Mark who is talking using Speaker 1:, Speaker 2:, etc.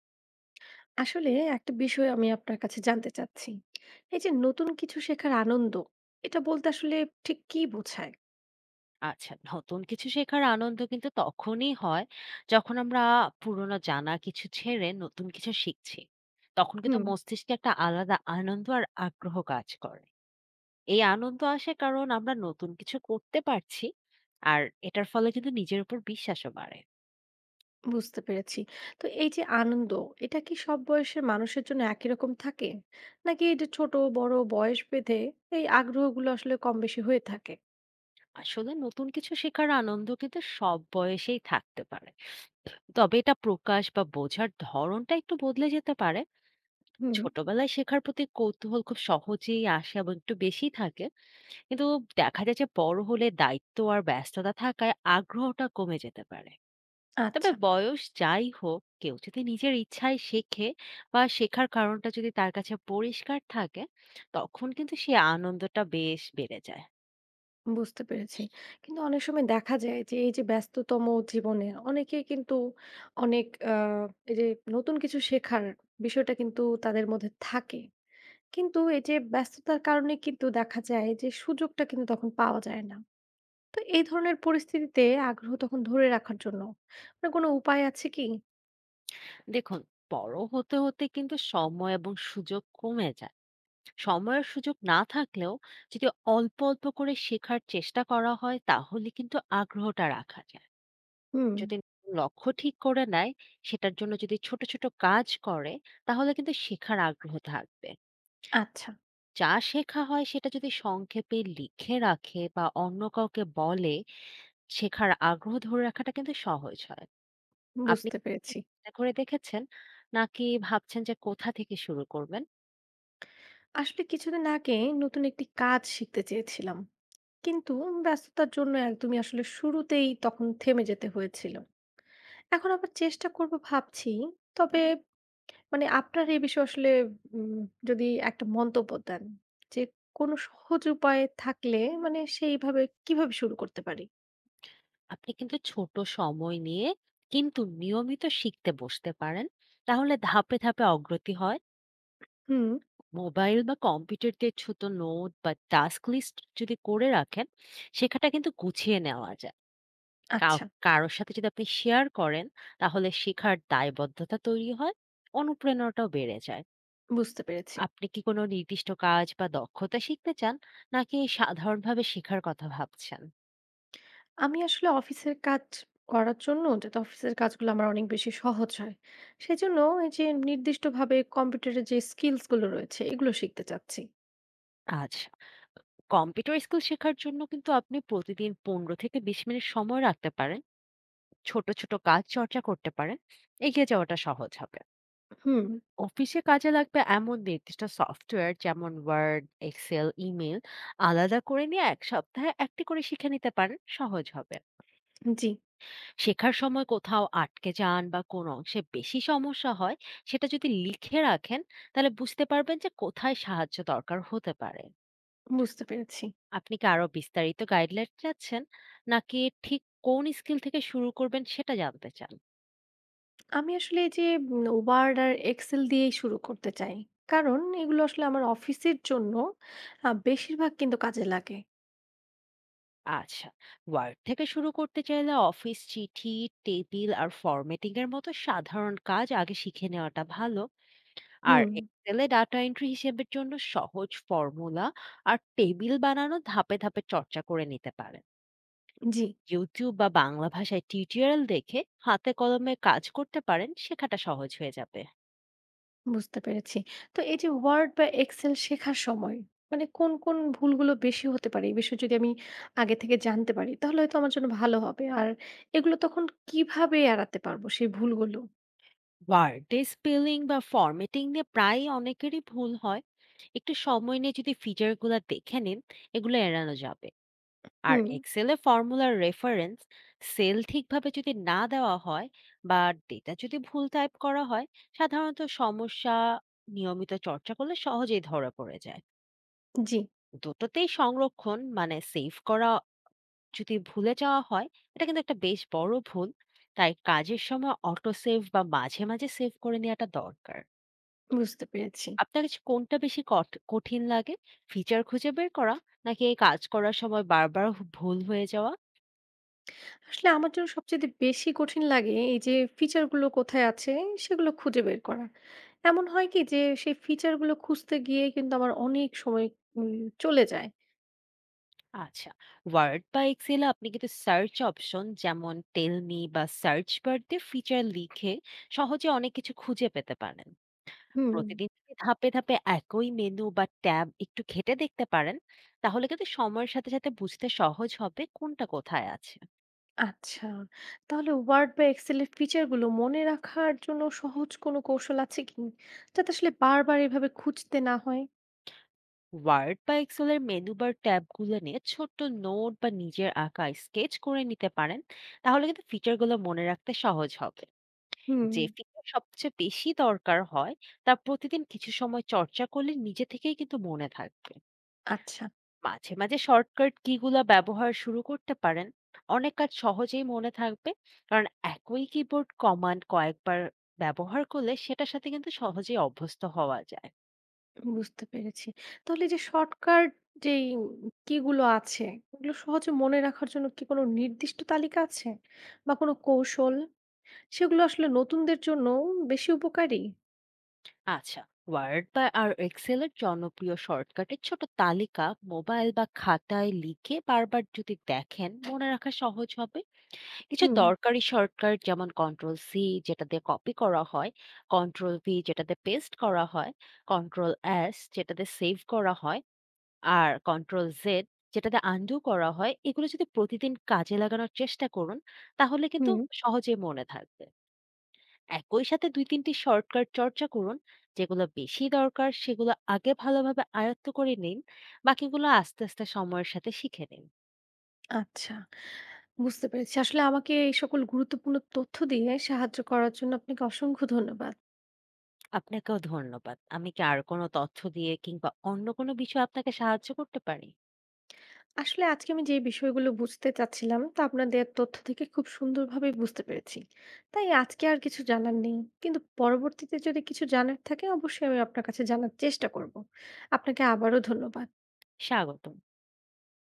Speaker 1: আসলে একটা বিষয় আমি আপনার কাছে জানতে চাচ্ছি। এই যে নতুন কিছু শেখার আনন্দ, এটা বলতে আসলে ঠিক কি বোঝায়?
Speaker 2: আচ্ছা, নতুন কিছু শেখার আনন্দ কিন্তু তখনই হয় যখন আমরা পুরোনো জানা কিছু ছেড়ে নতুন কিছু শিখছি। তখন কিন্তু
Speaker 1: হুম।
Speaker 2: মস্তিষ্কে একটা আলাদা আনন্দ আর আগ্রহ কাজ করে। এই আনন্দ আসে কারণ আমরা নতুন কিছু করতে পারছি আর এটার ফলে কিন্তু নিজের উপর বিশ্বাসও বাড়ে।
Speaker 1: বুঝতে পেরেছি। তো এই যে আনন্দ, এটা কি সব বয়সের মানুষের জন্য একই রকম থাকে? নাকি এই যে ছোট বড় বয়স ভেদে এই আগ্রহগুলো আসলে কম বেশি হয়ে থাকে?
Speaker 2: আসলে নতুন কিছু শেখার আনন্দ কিন্তু সব বয়সেই থাকতে পারে। তবে এটা প্রকাশ বা বোঝার ধরনটা একটু বদলে যেতে পারে।
Speaker 1: হুম।
Speaker 2: ছোটবেলায় শেখার প্রতি কৌতূহল খুব সহজেই আসে এবং একটু বেশি থাকে। কিন্তু দেখা যায় যে বড় হলে দায়িত্ব আর ব্যস্ততা থাকায় আগ্রহটা কমে যেতে পারে। তবে
Speaker 1: আচ্ছা,
Speaker 2: বয়স যাই হোক কেউ যদি নিজের ইচ্ছায় শেখে বা শেখার কারণটা যদি তার কাছে পরিষ্কার থাকে তখন কিন্তু সেই আনন্দটা বেশ বেড়ে যায়।
Speaker 1: বুঝতে পেরেছি। কিন্তু অনেক সময় দেখা যায় যে এই যে ব্যস্ততম জীবনে অনেকেই কিন্তু অনেক আ এই যে নতুন কিছু শেখার বিষয়টা কিন্তু তাদের মধ্যে থাকে। কিন্তু এই যে ব্যস্ততার কারণে কিন্তু দেখা যায় যে সুযোগটা কিন্তু তখন পাওয়া যায় না। তো এই ধরনের পরিস্থিতিতে আগ্রহ তখন ধরে রাখার জন্য আপনার কোনো উপায় আছে কি?
Speaker 2: দেখুন, বড় হতে হতে কিন্তু সময় এবং সুযোগ কমে যায়। সময়ের সুযোগ না থাকলেও যদি অল্প অল্প করে শেখার চেষ্টা করা হয় তাহলে কিন্তু আগ্রহটা রাখা যায়।
Speaker 1: হুম,
Speaker 2: যদি লক্ষ্য ঠিক করে নেয়, সেটার জন্য যদি ছোট, ছোট কাজ করে, তাহলে কিন্তু শেখার আগ্রহ থাকবে।
Speaker 1: আচ্ছা,
Speaker 2: যা শেখা হয় সেটা যদি সংক্ষেপে লিখে রাখে বা অন্য কাউকে বলে, শেখার আগ্রহ ধরে রাখাটা কিন্তু সহজ হয়। আপনি
Speaker 1: বুঝতে
Speaker 2: কি
Speaker 1: পেরেছি।
Speaker 2: চেষ্টা করে দেখেছেন? নাকি ভাবছেন যে কোথা থেকে শুরু করবেন?
Speaker 1: আসলে কিছুদিন আগে নতুন একটি কাজ শিখতে চেয়েছিলাম। কিন্তু ব্যস্ততার জন্য একদমই আসলে শুরুতেই তখন থেমে যেতে হয়েছিল। এখন আবার চেষ্টা করব ভাবছি। তবে মানে আপনার এই বিষয়ে আসলে উম যদি একটা মন্তব্য দেন যে কোনো সহজ উপায় থাকলে মানে সেইভাবে কিভাবে শুরু করতে পারি?
Speaker 2: আপনি কিন্তু ছোট সময় নিয়ে কিন্তু নিয়মিত শিখতে বসতে পারেন। তাহলে ধাপে, ধাপে অগ্রতি হয়।
Speaker 1: হুম,
Speaker 2: মোবাইল বা কম্পিউটার দিয়ে ছোট নোট বা টাস্ক লিস্ট যদি করে রাখেন শেখাটা কিন্তু গুছিয়ে নেওয়া যায়।
Speaker 1: আচ্ছা,
Speaker 2: কারোর সাথে যদি আপনি শেয়ার করেন তাহলে শেখার দায়বদ্ধতা তৈরি হয়, অনুপ্রেরণাটাও বেড়ে যায়।
Speaker 1: বুঝতে পেরেছি।
Speaker 2: আপনি কি কোনো নির্দিষ্ট কাজ বা দক্ষতা শিখতে চান, নাকি সাধারণভাবে শেখার কথা ভাবছেন?
Speaker 1: আমি আসলে অফিসের কাজ করার জন্য যাতে অফিসের কাজগুলো আমার অনেক বেশি সহজ হয়, সেজন্য এই যে নির্দিষ্টভাবে কম্পিউটারের যে স্কিলস গুলো রয়েছে এগুলো শিখতে চাচ্ছি।
Speaker 2: আচ্ছা, কম্পিউটার স্কিল শেখার জন্য কিন্তু আপনি প্রতিদিন ১৫ থেকে ২০ মিনিট সময় রাখতে পারেন। ছোট ছোট কাজ চর্চা করতে পারেন, এগিয়ে যাওয়াটা সহজ হবে।
Speaker 1: হুম।
Speaker 2: অফিসে কাজে লাগবে এমন নির্দিষ্ট সফটওয়্যার যেমন ওয়ার্ড, এক্সেল, ইমেল আলাদা করে নিয়ে এক সপ্তাহে একটি করে শিখে নিতে পারেন, সহজ হবে।
Speaker 1: জি,
Speaker 2: শেখার সময় কোথাও আটকে যান বা কোন অংশে বেশি সমস্যা হয় সেটা যদি লিখে রাখেন তাহলে বুঝতে পারবেন যে কোথায় সাহায্য দরকার হতে পারে।
Speaker 1: বুঝতে পেরেছি।
Speaker 2: আপনি কি আরো বিস্তারিত গাইডলাইন চাচ্ছেন, নাকি ঠিক কোন স্কিল থেকে শুরু করবেন সেটা জানতে চান?
Speaker 1: আমি আসলে এই যে উম Word আর Excel দিয়েই শুরু করতে চাই। কারণ এগুলো আসলে আমার অফিসের জন্য বেশিরভাগ কিন্তু কাজে লাগে।
Speaker 2: আচ্ছা, ওয়ার্ড থেকে শুরু করতে চাইলে অফিস চিঠি, টেবিল আর ফরম্যাটিং এর মতো সাধারণ কাজ আগে শিখে নেওয়াটা ভালো। আর
Speaker 1: হুম।
Speaker 2: এক্সেলে ডাটা এন্ট্রি হিসেবের জন্য সহজ ফর্মুলা আর টেবিল বানানো ধাপে ধাপে চর্চা করে নিতে পারেন।
Speaker 1: জি,
Speaker 2: ইউটিউব বা বাংলা ভাষায় টিউটোরিয়াল দেখে হাতে কলমে কাজ করতে পারেন, শেখাটা সহজ হয়ে যাবে।
Speaker 1: বুঝতে পেরেছি। তো এই যে Word বা Excel শেখার সময় মানে কোন, কোন ভুলগুলো বেশি হতে পারে? এই বিষয়ে যদি আমি আগে থেকে জানতে পারি তাহলে হয়তো আমার জন্য ভালো হবে। আর এগুলো তখন কিভাবে এড়াতে পারবো সেই ভুলগুলো?
Speaker 2: ওয়ার্ডে স্পেলিং বা ফরম্যাটিং নিয়ে প্রায় অনেকেরই ভুল হয়। একটু সময় নিয়ে যদি ফিচারগুলো দেখে নিন, এগুলো এড়ানো যাবে। আর
Speaker 1: হুম।
Speaker 2: এক্সেলে ফর্মুলার রেফারেন্স সেল ঠিকভাবে যদি না দেওয়া হয় বা ডেটা যদি ভুল টাইপ করা হয়, সাধারণত সমস্যা নিয়মিত চর্চা করলে সহজেই ধরা পড়ে যায়।
Speaker 1: জি,
Speaker 2: দুটোতেই সংরক্ষণ মানে সেভ করা যদি ভুলে যাওয়া হয়, এটা কিন্তু একটা বেশ বড় ভুল। তাই কাজের সময় অটো সেভ বা মাঝে মাঝে সেভ করে নেওয়াটা দরকার।
Speaker 1: বুঝতে পেরেছি।
Speaker 2: আপনার কাছে কোনটা বেশি কঠিন লাগে? ফিচার খুঁজে বের করা, নাকি এই কাজ করার সময় বারবার ভুল হয়ে যাওয়া?
Speaker 1: আসলে আমার জন্য সবচেয়ে বেশি কঠিন লাগে এই যে ফিচারগুলো কোথায় আছে সেগুলো খুঁজে বের করা। এমন হয় কি যে সেই ফিচারগুলো খুঁজতে গিয়ে কিন্তু আমার অনেক সময় উম চলে যায়।
Speaker 2: আচ্ছা, ওয়ার্ড বা এক্সেলে আপনি কিন্তু সার্চ অপশন যেমন টেল মি বা সার্চ বার দিয়ে ফিচার লিখে সহজে অনেক কিছু খুঁজে পেতে পারেন।
Speaker 1: হুম।
Speaker 2: প্রতিদিন যদি ধাপে ধাপে একই মেনু বা ট্যাব একটু ঘেটে দেখতে পারেন, তাহলে কিন্তু সময়ের সাথে সাথে বুঝতে সহজ হবে কোনটা কোথায় আছে।
Speaker 1: আচ্ছা। তাহলে Word বা Excel এর ফিচারগুলো মনে রাখার জন্য সহজ কোনো কৌশল আছে কি? যাতে আসলে বারবার এভাবে খুঁজতে না হয়?
Speaker 2: ওয়ার্ড বা এক্সেলের মেনু বার ট্যাবগুলো নিয়ে ছোট্ট নোট বা নিজের আঁকা স্কেচ করে নিতে পারেন, তাহলে কিন্তু ফিচারগুলো মনে রাখতে সহজ হবে।
Speaker 1: হুম।
Speaker 2: যে ফিগার সবচেয়ে বেশি দরকার হয় তা প্রতিদিন কিছু সময় চর্চা করলে নিজে থেকেই কিন্তু মনে থাকবে।
Speaker 1: আচ্ছা।
Speaker 2: মাঝে, মাঝে শর্টকাট কিগুলা ব্যবহার শুরু করতে পারেন। অনেক কাজ সহজেই মনে থাকবে। কারণ একই কিবোর্ড কমান্ড কয়েকবার ব্যবহার করলে সেটার সাথে কিন্তু সহজেই অভ্যস্ত হওয়া যায়।
Speaker 1: বুঝতে পেরেছি। তাহলে যে শর্টকাট যেই কিগুলো আছে, ওগুলো সহজে মনে রাখার জন্য কি কোনো নির্দিষ্ট তালিকা আছে? বা কোনো কৌশল? সেগুলো আসলে নতুনদের জন্য বেশি উপকারী?
Speaker 2: আচ্ছা, ওয়ার্ড বা আর এক্সেল এর জনপ্রিয় শর্টকাটের ছোট তালিকা মোবাইল বা খাতায় লিখে বারবার যদি দেখেন, মনে রাখা সহজ হবে। কিছু
Speaker 1: হুম,
Speaker 2: দরকারি শর্টকাট যেমন কন্ট্রোল সি যেটা দিয়ে কপি করা হয়, কন্ট্রোল ভি যেটা দিয়ে পেস্ট করা হয়, কন্ট্রোল এস যেটা দিয়ে সেভ করা হয়, আর কন্ট্রোল জেড যেটা দিয়ে আনডু করা হয়, এগুলো যদি প্রতিদিন কাজে লাগানোর চেষ্টা করুন, তাহলে কিন্তু
Speaker 1: হুম।
Speaker 2: সহজেই মনে থাকবে। একই সাথে ২-৩ টি শর্টকাট চর্চা করুন, যেগুলো বেশি দরকার সেগুলো আগে ভালোভাবে আয়ত্ত করে নিন, বাকিগুলো আস্তে, আস্তে সময়ের সাথে শিখে নিন।
Speaker 1: আচ্ছা, বুঝতে পেরেছি। আসলে আমাকে এই সকল গুরুত্বপূর্ণ তথ্য দিয়ে সাহায্য করার জন্য আপনাকে অসংখ্য ধন্যবাদ।
Speaker 2: আপনাকেও ধন্যবাদ। আমি কি আর কোনো তথ্য দিয়ে কিংবা অন্য কোনো বিষয়ে আপনাকে সাহায্য করতে পারি?
Speaker 1: আসলে আজকে আমি যে বিষয়গুলো বুঝতে চাচ্ছিলাম তা আপনার দেওয়ার তথ্য থেকে খুব সুন্দরভাবে বুঝতে পেরেছি। তাই আজকে আর কিছু জানার নেই। কিন্তু পরবর্তীতে যদি কিছু জানার থাকে অবশ্যই আমি আপনার কাছে জানার চেষ্টা করব। আপনাকে আবারও ধন্যবাদ।
Speaker 2: স্বাগতম।